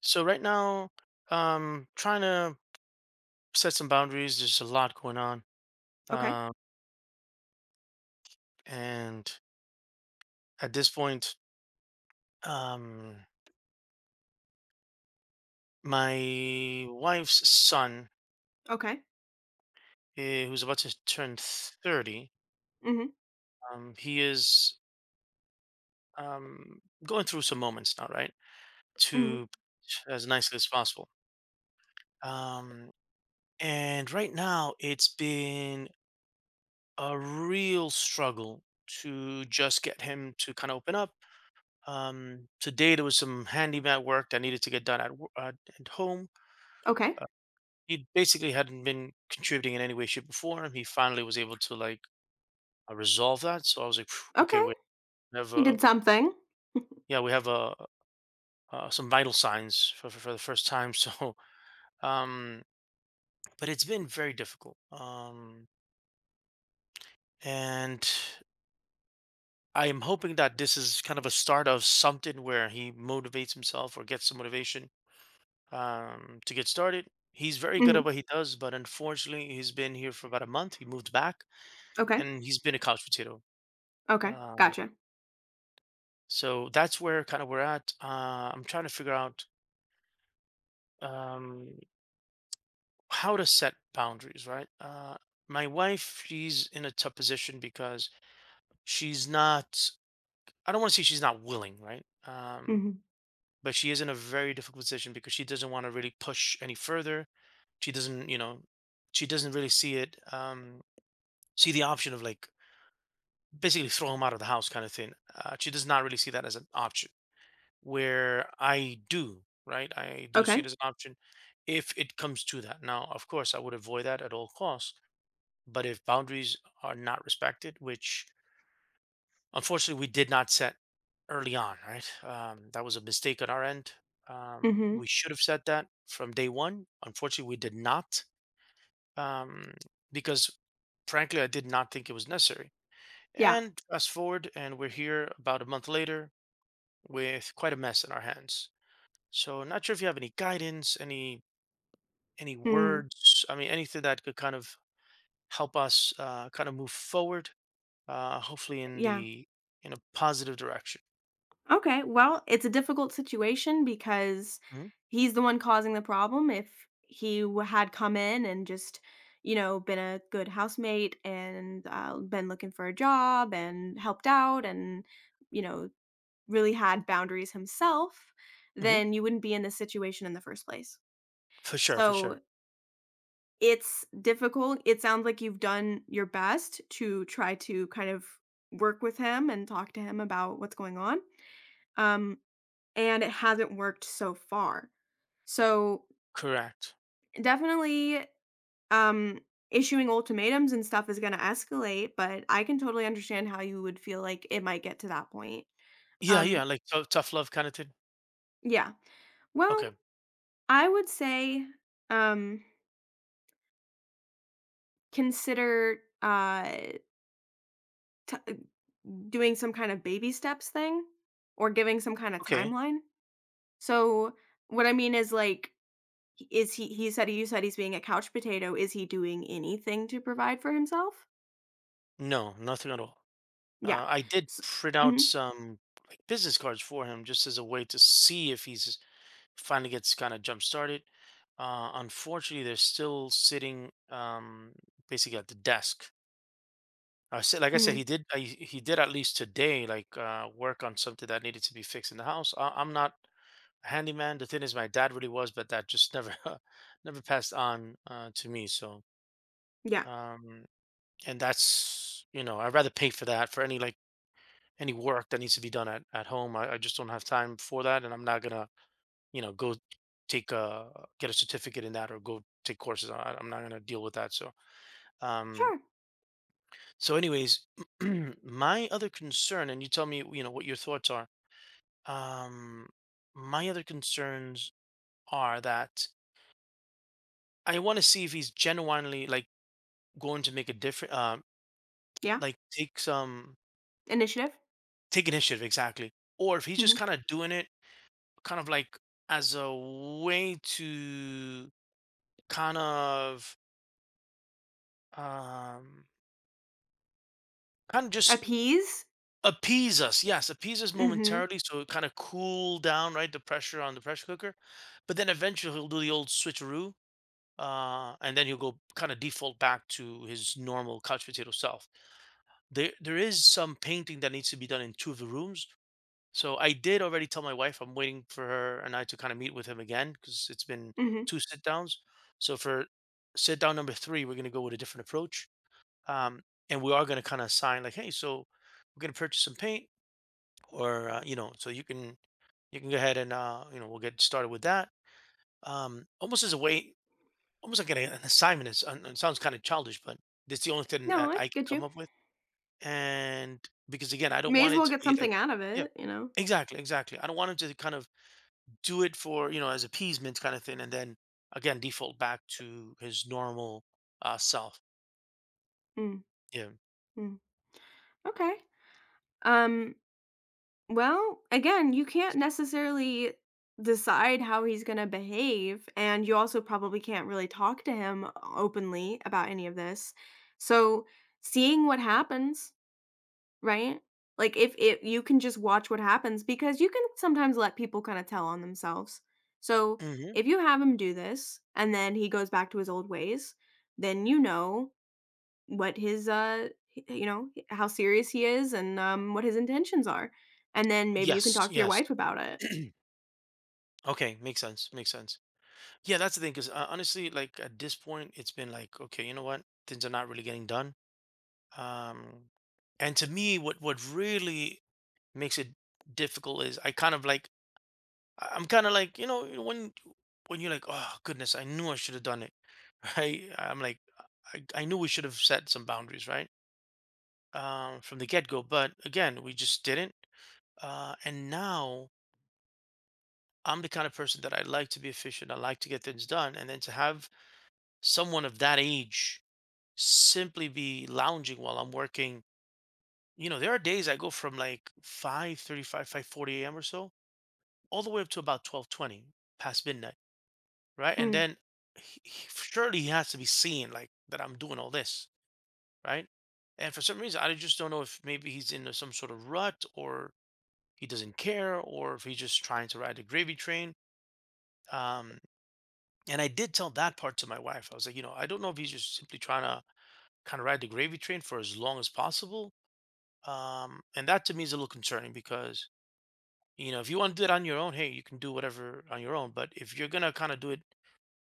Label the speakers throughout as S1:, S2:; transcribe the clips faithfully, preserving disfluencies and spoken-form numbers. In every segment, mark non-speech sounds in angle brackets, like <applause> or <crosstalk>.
S1: So right now, um, trying to set some boundaries. There's a lot going on,
S2: Okay.
S1: um, and at this point, um, my wife's son,
S2: Okay.
S1: eh, who's about to turn thirty.
S2: Mhm.
S1: um, he is um, going through some moments now, right?
S2: Mhm.
S1: To as nicely as possible. Um, and right now, it's been a real struggle to just get him to kind of open up. Um, today there was some handyman work that needed to get done at wo- uh, at home.
S2: Okay.
S1: Uh, he basically hadn't been contributing in any way, shape, or form. He finally was able to, like uh, resolve that. So I was like, "Phew, okay,
S2: Okay.
S1: we have
S2: He
S1: a
S2: did something.
S1: yeah, we have a, uh, some vital signs for, for for the first time." <laughs> So, um, but it's been very difficult. Um, and I am hoping that this is kind of a start of something where he motivates himself or gets some motivation, um, to get started. He's very good at
S2: Mhm.
S1: what he does, but unfortunately, he's been here for about a month. He moved back,
S2: Okay.
S1: and he's been a couch potato.
S2: Okay.
S1: Um,
S2: Gotcha.
S1: so that's where kind of we're at. Uh, I'm trying to figure out um, how to set boundaries. Right. Uh, my wife, she's in a tough position because she's not. I don't want to say she's not willing, right? Um,
S2: Mhm.
S1: but she is in a very difficult position because she doesn't want to really push any further. She doesn't, you know she doesn't really see it, um, see the option of, like, basically throw him out of the house kind of thing. Uh, she does not really see that as an option. Where I do, right? I do see it
S2: Okay.
S1: as an option if it comes to that. Now, of course, I would avoid that at all costs. But if boundaries are not respected, which unfortunately we did not set early on, right? Um, that was a mistake on our end. Um, we
S2: Mhm.
S1: should have said that from day one. Unfortunately, we did not, um, because, frankly, I did not think it was necessary.
S2: Yeah.
S1: And fast forward, and we're here about a month later with quite a mess in our hands. So, not sure if you have any guidance, any any
S2: Mm,
S1: words. I mean, anything that could kind of help us, uh, kind of move forward, uh, hopefully in
S2: yeah.
S1: the in a positive direction.
S2: Okay. Well, it's a difficult situation because
S1: Hmm.
S2: he's the one causing the problem. If he w- had come in and just, you know, been a good housemate and uh, been looking for a job and helped out and, you know, really had boundaries himself,
S1: Hmm.
S2: then you wouldn't be in this situation in the first place.
S1: For sure, for
S2: So.
S1: sure.
S2: It's difficult. It sounds like you've done your best to try to kind of work with him and talk to him about what's going on. Um, and it hasn't worked so far. So
S1: Correct.
S2: definitely um issuing ultimatums and stuff is gonna escalate, but I can totally understand how you would feel like it might get to that point.
S1: Yeah, yeah,
S2: Um,
S1: like tou- tough love kind of thing.
S2: yeah. Well,
S1: Okay,
S2: I would say um consider uh t- doing some kind of baby steps thing or giving some kind of
S1: okay.
S2: timeline. So what I mean is like is he he said you said he's being a couch potato. Is he doing anything to provide for himself?
S1: No, nothing at all.
S2: Yeah.
S1: Uh, I did
S2: S
S1: print out
S2: Mhm,
S1: some like business cards for him just as a way to see if he's finally gets kind of jump started. Uh, unfortunately, they're still sitting, um, basically at the desk. I said, like I said,
S2: mhm,
S1: he did. I, he did at least today, like uh, work on something that needed to be fixed in the house. I, I'm not a handyman. The thing is, my dad really was, but that just never, <laughs> never passed on, uh, to me. So,
S2: yeah.
S1: um, and that's, you know, I'd rather pay for that, for any like any work that needs to be done at, at home. I, I just don't have time for that, and I'm not gonna, you know, go take a get a certificate in that or go take courses. I, I'm not gonna deal with that. So, um,
S2: Sure.
S1: so anyways, <clears throat> my other concern, and you tell me, you know, what your thoughts are. Um, my other concerns are that I want to see if he's genuinely, like, going to make a different, um,
S2: Yeah.
S1: like take some
S2: Initiative.
S1: take initiative, exactly, or if he's just
S2: Mhm.
S1: kind of doing it kind of like as a way to kind of um kind of just
S2: Appease.
S1: appease us, yes, appease us
S2: Mhm.
S1: momentarily, so it kind of cool down, right, the pressure on the pressure cooker. But then eventually he'll do the old switcheroo, uh and then he'll go kind of default back to his normal couch potato self. There there is some painting that needs to be done in two of the rooms. So I did already tell my wife I'm waiting for her and I to kind of meet with him again, because it's been
S2: Mhm.
S1: two sit downs. So for sit down number three, we're going to go with a different approach. Um, and we are going to kind of assign, like, hey, so we're going to purchase some paint or, uh, you know, so you can, you can go ahead and, uh, you know, we'll get started with that. Um, almost as a way, almost like an, an assignment. It's, and it sounds kind of childish, but that's the only thing
S2: No,
S1: that I
S2: it's
S1: can
S2: get
S1: come
S2: you.
S1: up with. And because again, I don't
S2: May
S1: want
S2: as
S1: it
S2: well
S1: to
S2: get
S1: be like,
S2: something out of
S1: yeah.
S2: it, you know.
S1: Exactly, exactly. I don't want him to kind of do it for, you know, as appeasement kind of thing, and then again default back to his normal, uh, self.
S2: Mm,
S1: Yeah.
S2: mm. Okay. Um Well, again, you can't necessarily decide how he's going to behave, and you also probably can't really talk to him openly about any of this. So, seeing what happens, right? Like if if you can just watch what happens, because you can sometimes let people kind of tell on themselves. So,
S1: Hmm.
S2: if you have him do this and then he goes back to his old ways, then you know what his, uh, h you know, how serious he is and, um, what his intentions are, and then maybe you can
S1: Yes.
S2: talk to your
S1: Yes.
S2: wife about it.
S1: <clears throat> Okay. Makes sense. Makes sense. Yeah, that's the thing. Because, uh, honestly, like at this point, it's been like, okay, you know what? Things are not really getting done. Um, and to me, what what really makes it difficult is I kind of like I- I'm kind of like, you know you know, when when you're like, oh goodness, I knew I should have done it, <laughs> right? I'm like, I, I knew we should have set some boundaries, right? Um, from the get go. But again, we just didn't. Uh, and now I'm the kind of person that I like to be efficient. I like to get things done. And then to have someone of that age simply be lounging while I'm working. You know, there are days I go from like five thirty-five, five forty a m or so, all the way up to about twelve twenty past midnight, right? And
S2: Mm,
S1: then he, he- surely he has to be seeing like that I'm doing all this, right? And for some reason, I just don't know if maybe he's in some sort of rut, or he doesn't care, or if he's just trying to ride a gravy train. Um, and I did tell that part to my wife. I was like, you know, I don't know if he's just simply trying to kind of ride the gravy train for as long as possible. Um, and that to me is a little concerning because, you know, if you want to do it on your own, hey, you can do whatever on your own. But if you're going to kind of do it,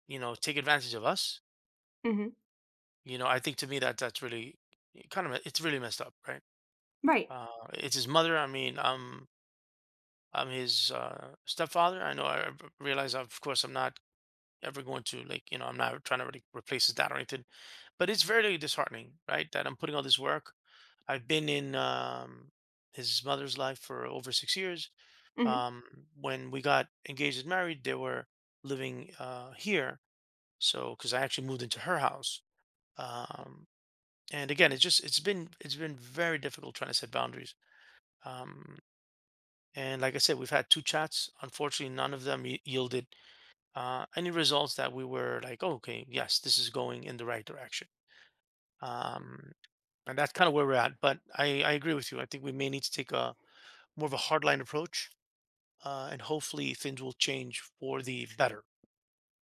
S1: you know, take advantage of us,
S2: mhm,
S1: you know, I think to me that that's really, eh, kind of, it's really messed up, right?
S2: right,
S1: Uh, it's his mother. I mean, I'm, I'm his, uh, stepfather. I know I I realize, of course, I'm not ever going to like, you know, I'm not trying to really replace his dad or anything, but it's very disheartening, right, that I'm putting all this work. I've been in, um, his mother's life for over six years,
S2: mhm,
S1: um, when we got engaged and married. They were living, uh, here, so because I actually moved into her house. Um, and again, it's just it's been it's been very difficult trying to set boundaries, um, and like I said, we've had two chats. Unfortunately, none of them y- yielded, uh, any results that we were like, "Oh, okay, yes, this is going in the right direction." Um, and that's kind of where we're at. But I, I agree with you. I think we may need to take a more of a hardline approach, uh, and hopefully things will change for the better.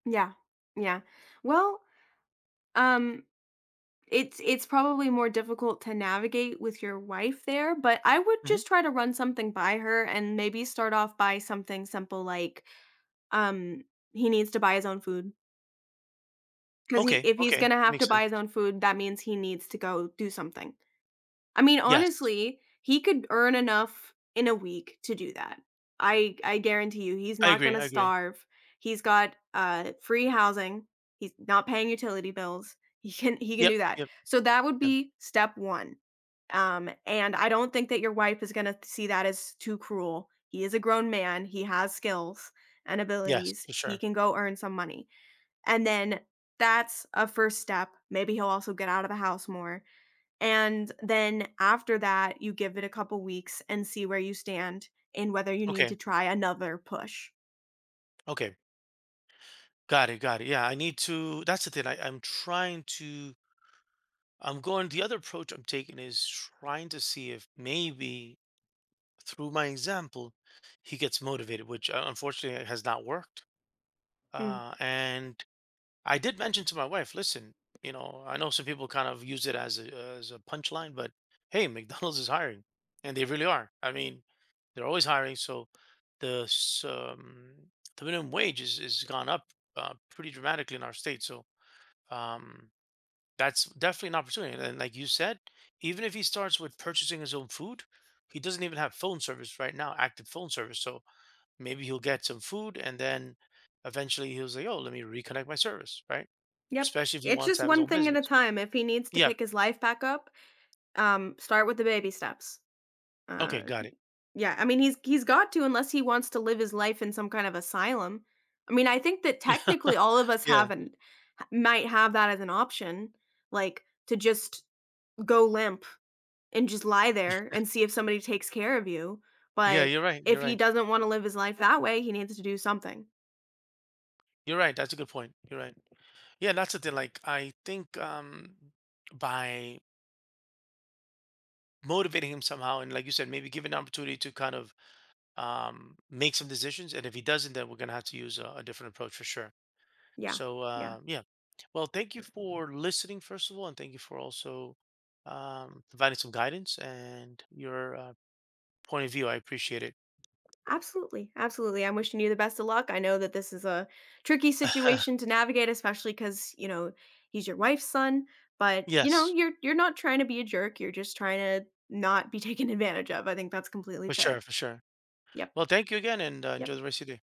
S2: yeah, yeah. Well, um, it's it's probably more difficult to navigate with your wife there, but I would
S1: Mhm.
S2: just try to run something by her and maybe start off by something simple like, um, he needs to buy his own food, because he
S1: Okay,
S2: if he's
S1: okay,
S2: gonna
S1: that
S2: have to
S1: makes
S2: buy his
S1: sense.
S2: own food, that means he needs to go do something. I mean,
S1: Yes,
S2: honestly, he could earn enough in a week to do that. I I guarantee you he's
S1: I
S2: not
S1: agree.
S2: gonna
S1: I agree.
S2: starve. He's got, uh, free housing. He's not paying utility bills. He can he can
S1: Yep,
S2: do that.
S1: yep,
S2: So that would
S1: yep.
S2: be step one. Um, and I don't think that your wife is gonna see that as too cruel. He is a grown man. He has skills and
S1: Yes,
S2: abilities.
S1: for
S2: He
S1: sure.
S2: can go earn some money. And then that's a first step. Maybe he'll also get out of the house more. And then after that, you give it a couple weeks and see where you stand and whether you need to
S1: Okay,
S2: try another push.
S1: okay, got it, got it. Yeah, I need to. That's the thing. I, I'm trying to. I'm going. The other approach I'm taking is trying to see if maybe through my example, he gets motivated, which, uh, unfortunately has not worked.
S2: Mm,
S1: Uh, and I did mention to my wife, listen, you know, I know some people kind of use it as a, as a punchline, but hey, McDonald's is hiring, and they really are. I mean, they're always hiring, so the s- um, the minimum wage is is gone up, uh, pretty dramatically in our state. So, um, that's definitely an opportunity, and like you said, even if he starts with purchasing his own food, he doesn't even have phone service right now, active phone service, so maybe he'll get some food, and then eventually he'll say, "Oh, let me reconnect my service," right?
S2: yep.
S1: Especially if he
S2: It's
S1: wants to
S2: just
S1: have his
S2: one
S1: own
S2: thing at a
S1: business.
S2: time. If he needs to
S1: Yeah,
S2: pick his life back up, um, start with the baby steps. Uh,
S1: okay, got it.
S2: yeah, I mean he's he's got to, unless he wants to live his life in some kind of asylum. I mean, I think that technically all of
S1: <laughs>
S2: us have
S1: Yeah,
S2: an might have that as an option, like to just go limp and just lie there
S1: yeah.
S2: and see if somebody takes care of you,
S1: Yeah,
S2: but
S1: you're right, you're
S2: if he
S1: right.
S2: doesn't wanna live his life that way, he needs to do something.
S1: You're right, that's a good point, you're right. Yeah, that's the thing, like, I think, um, by motivating him somehow and like you said, maybe give an opportunity to kind of, um, make some decisions. And if he doesn't, then we're going to have to use a, a different approach for sure.
S2: Yeah,
S1: So,
S2: yeah.
S1: uh, yeah. Well, thank you for listening, first of all, and thank you for also, um, providing some guidance and your, uh, point of view. I appreciate it.
S2: Absolutely, absolutely. I'm wishing you the best of luck. I know that this is a tricky
S1: <laughs>
S2: situation to navigate, especially because you know, he's your wife's son, but, you know,
S1: Yes,
S2: you're you're not trying to be a jerk, you're just trying to not be <laughs> taken advantage of. I think that's completely
S1: for sure,
S2: fair.
S1: for sure.
S2: Yep,
S1: Well, thank you again, and, uh, enjoy
S2: yep.
S1: the rest of your day.